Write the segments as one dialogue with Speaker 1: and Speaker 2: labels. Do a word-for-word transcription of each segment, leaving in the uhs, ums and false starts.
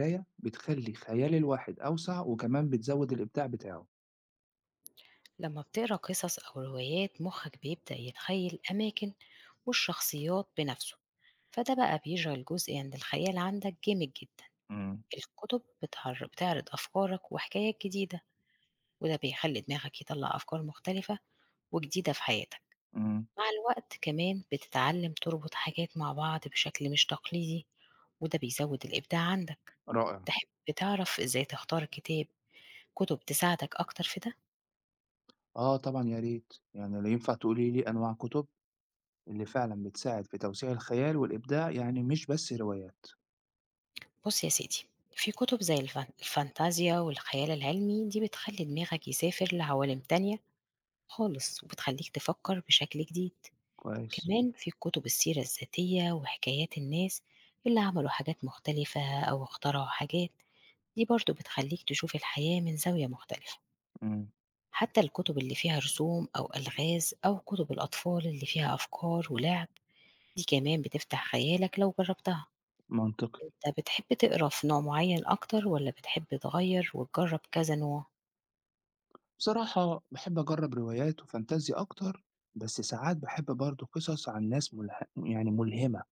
Speaker 1: القراية بتخلّي خيال الواحد أوسع وكمان بتزوّد الإبداع بتاعه.
Speaker 2: لما بتقرأ قصص أو روايات مخك بيبدأ يتخيل أماكن والشخصيات بنفسه. فده بقى بيشغل جزء عند الخيال عندك جامد جدا.
Speaker 1: إمم.
Speaker 2: الكتب بتعر- بتعرض أفكارك وحكايات جديدة، وده بيخلي دماغك يطلع أفكار مختلفة وجديدة في حياتك.
Speaker 1: إمم.
Speaker 2: مع الوقت كمان بتتعلم تربط حاجات مع بعض بشكل مش تقليدي، وده بيزود الإبداع عندك.
Speaker 1: رائع.
Speaker 2: تحب تعرف إزاي تختار كتاب كتب تساعدك أكتر في ده؟
Speaker 1: آه طبعًا يا ريت، يعني لو ينفع تقولي لي أنواع كُتب اللي فعلًا بتساعد في توسيع الخيال والإبداع، يعني مش بس روايات.
Speaker 2: بُص يا سيدي، في كتب زي الفان الفانتازيا والخيال العلمي، دي بتخلّي دماغك يسافر لعوالم تانية خالص، وبتخلّيك تفكّر بشكل جديد.
Speaker 1: كويس.
Speaker 2: كمان في كتب السيرة الذاتية وحكايات الناس اللي عملوا حاجات مختلفة أو اخترعوا حاجات، دي برضه بتخلّيك تشوف الحياة من زاوية مختلفة.
Speaker 1: إمم.
Speaker 2: حتى الكتب اللي فيها رسوم أو ألغاز أو كتب الأطفال اللي فيها أفكار ولعب، دي كمان بتفتح خيالك لو جرّبتها.
Speaker 1: منطقي.
Speaker 2: أنت بتحب تقرا في نوع معين أكتر والّا بتحب تغيّر وتجرّب كذا نوع؟
Speaker 1: بصراحة باحب أجرّب روايات وفانتازيا أكتر، بس ساعات باحب برضه قصص عن ناس ملح يعني ملهمة،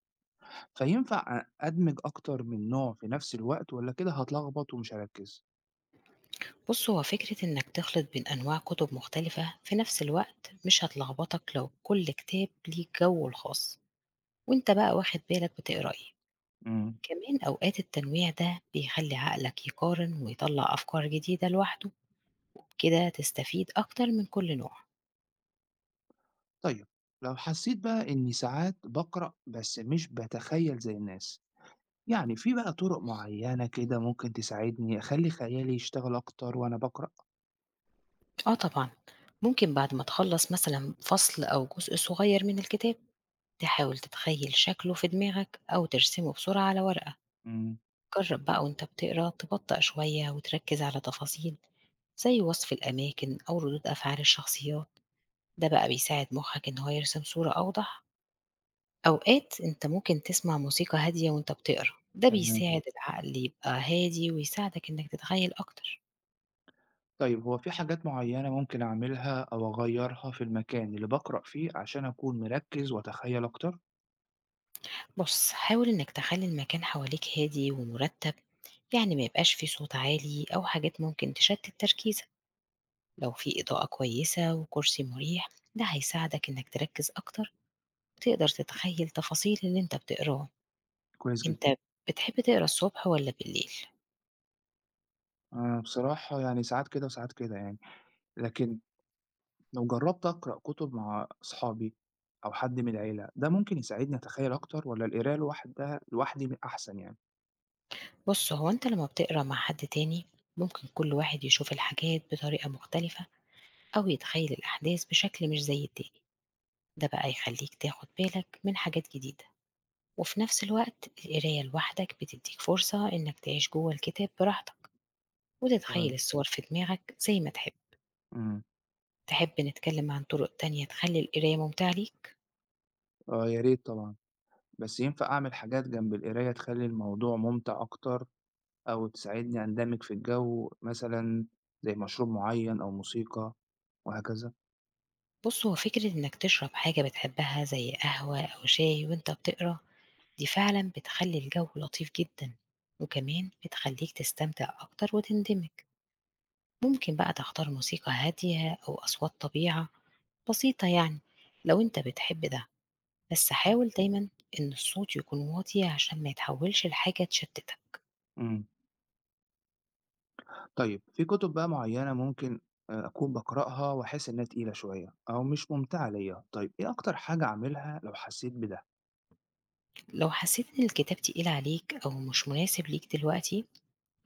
Speaker 1: فينفع أ أدمج أكتر من نوع في نفس الوقت والّا كده هاتلخبط ومش هاركّز؟
Speaker 2: بُص، هو فكرة إنك تخلط بين أنواع كتب مختلفة في نفس الوقت مش هتلخبطك لو كل كتاب ليه جوّه الخاص، وأنت بقى واخد بالك بتقرا إيه.
Speaker 1: إمم.
Speaker 2: كمان أوقات التنويع ده بيخلّي عقلك يقارن ويطلّع أفكار جديدة لوحده، كده تستفيد أكتر من كل نوع.
Speaker 1: طيب، لو حسيت بقى إني ساعات بقرأ بس مش بتخيل زي الناس، يعني في بقى طرق معينة كده ممكن تساعدني أخلي خيالي يشتغل أكتر وأنا بقرأ؟
Speaker 2: آه طبعًا، ممكن بعد ما تخلّص مثلًا فصل أو جزء صغير من الكتاب تحاول تتخيل شكله في دماغك أو ترسمه بسرعة على ورقة.
Speaker 1: امم
Speaker 2: جرب بقى وانت بتقرا تبطأ شوية وتركز على تفاصيل زي وصف الأماكن أو ردود أفعال الشخصيات. ده بقى بيساعد مخك إن هو يرسم صورة أوضح. أوقات انت ممكن تسمع موسيقى هادية وانت بتقرا، ده
Speaker 1: تمام.
Speaker 2: بيساعد العقل يبقى هادي ويساعدك إنك تتخيل أكتر.
Speaker 1: طيب، هو في حاجات معينة ممكن أعملها أو أغيرها في المكان اللي بقرأ فيه عشان أكون مركز وأتخيل أكتر؟
Speaker 2: بص حاول إنك تخلي المكان حواليك هادي ومرتب، يعني ما يبقاش فيه صوت عالي أو حاجات ممكن تشتت تركيزك. لو في إضاءة كويسة وكرسي مريح، ده هيساعدك إنك تركز أكتر وتقدر تتخيل تفاصيل اللي أنت بتقراه.
Speaker 1: كويس
Speaker 2: أنت
Speaker 1: جدا.
Speaker 2: بتحب تقرا الصبح ولا بالليل؟
Speaker 1: أنا بصراحة يعني ساعات كده وساعات كده يعني، لكن لو جربت أقرأ كتب مع أصحابي أو حد من العيلة ده ممكن يساعدني أتخيل أكتر ولا القراية لوحدها لوحدي أحسن يعني؟
Speaker 2: بص هو أنت لما بتقرا مع حد تاني ممكن كل واحد يشوف الحاجات بطريقة مختلفة أو يتخيل الأحداث بشكل مش زي التاني. ده بقى يخليك تاخد بالك من حاجات جديدة، وفي نفس الوقت القراية لوحدك بتديك فرصة إنك تعيش جوه الكتاب براحتك
Speaker 1: فعلًا.
Speaker 2: وتتخيل الصور في دماغك زي ما تحب.
Speaker 1: إمم.
Speaker 2: تحب نتكلم عن طرق تانية تخلّي القراية ممتعة ليك؟
Speaker 1: آه يا ريت طبعًا، بس ينفع أعمل حاجات جنب القراية تخلّي الموضوع ممتع أكتر أو تساعدني أندمج في الجو مثلًا زي مشروب معيّن أو موسيقى وهكذا؟
Speaker 2: بُص، هو فكرة إنّك تشرب حاجة بتحبها زي قهوة أو شاي وأنت بتقرا، دي فعلًا بتخلّي الجو لطيف جدًا، وكمان بتخلّيك تستمتع أكتر وتندمج. ممكن بقى تختار موسيقى هادية أو أصوات طبيعة بسيطة، يعني لو أنت بتحب ده، بس حاول دايمًا إن الصوت يكون واطي عشان ما يتحولش لحاجة تشتتك.
Speaker 1: إمم. طيب، في كتب بقى معيّنة ممكن آآ أكون باقرأها وأحس إنها تقيلة شوية أو مش ممتعة ليّا، طيب إيه أكتر حاجة أعملها لو حسيت بده؟
Speaker 2: لو حسيت إن الكتاب تقيل عليك أو مش مناسب ليك دلوقتي،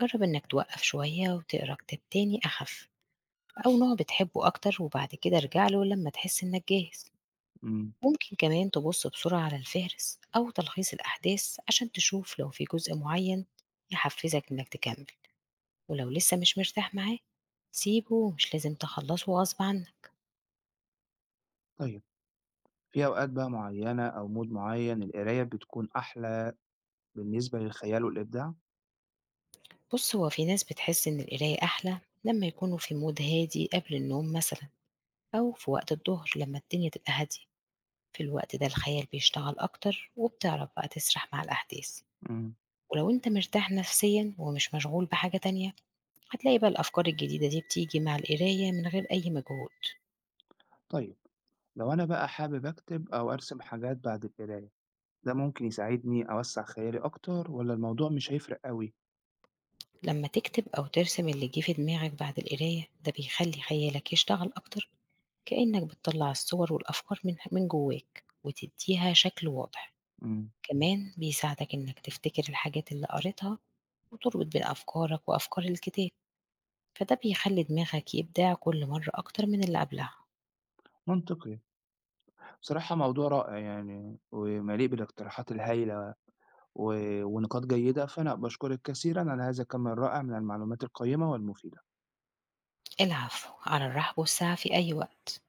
Speaker 2: جرب إنك توقف شوية وتقرا كتاب تاني أخف أو نوع بتحبه أكتر، وبعد كده ارجع له لما تحس إنك جاهز.
Speaker 1: إمم.
Speaker 2: ممكن كمان تبص بسرعة على الفهرس أو تلخيص الأحداث عشان تشوف لو في جزء معين يحفزك إنك تكمل، ولو لسه مش مرتاح معاه سيبه، ومش لازم تخلصه غصب عنك.
Speaker 1: طيب، في أوقات بقى معيّنة أو مود معيّن القراية بتكون أحلى بالنسبة للخيال والإبداع؟
Speaker 2: بص هو في ناس بتحس إن القراية أحلى لما يكونوا في مود هادي قبل النوم مثلا، أو في وقت الظهر لما الدنيا تبقى هادية. في الوقت ده الخيال بيشتغل أكتر وبتعرف بقى تسرح مع الأحداث.
Speaker 1: إمم.
Speaker 2: ولو أنت مرتاح نفسيًا ومش مشغول بحاجة تانية، هتلاقي بقى الأفكار الجديدة دي بتيجي مع القراية من غير أي مجهود.
Speaker 1: طيب. لو أنا بقى حابب أكتب أو أرسم حاجات بعد القراية ده ممكن يساعدني أوسع خيالي أكتر ولا الموضوع مش هيفرق أوي؟
Speaker 2: لما تكتب أو ترسم اللي جه في دماغك بعد القراية، ده بيخلي خيالك يشتغل أكتر، كأنك بتطلع الصور والأفكار من من جواك وتديها شكل واضح.
Speaker 1: مم.
Speaker 2: كمان بيساعدك إنك تفتكر الحاجات اللي قريتها وتربط بين أفكارك وأفكار الكتاب، فده بيخلّي دماغك يبدع كل مرّة أكتر من اللي قبلها.
Speaker 1: منطقي. بصراحة موضوع رائع يعني ومليء بالاقتراحات الهايلة و... ونقاط جيدة فأنا بشكرك كثيرا على هذا الكم الرائع من المعلومات القيمة والمفيدة.
Speaker 2: العفو، على الرحب والسعة في أي وقت.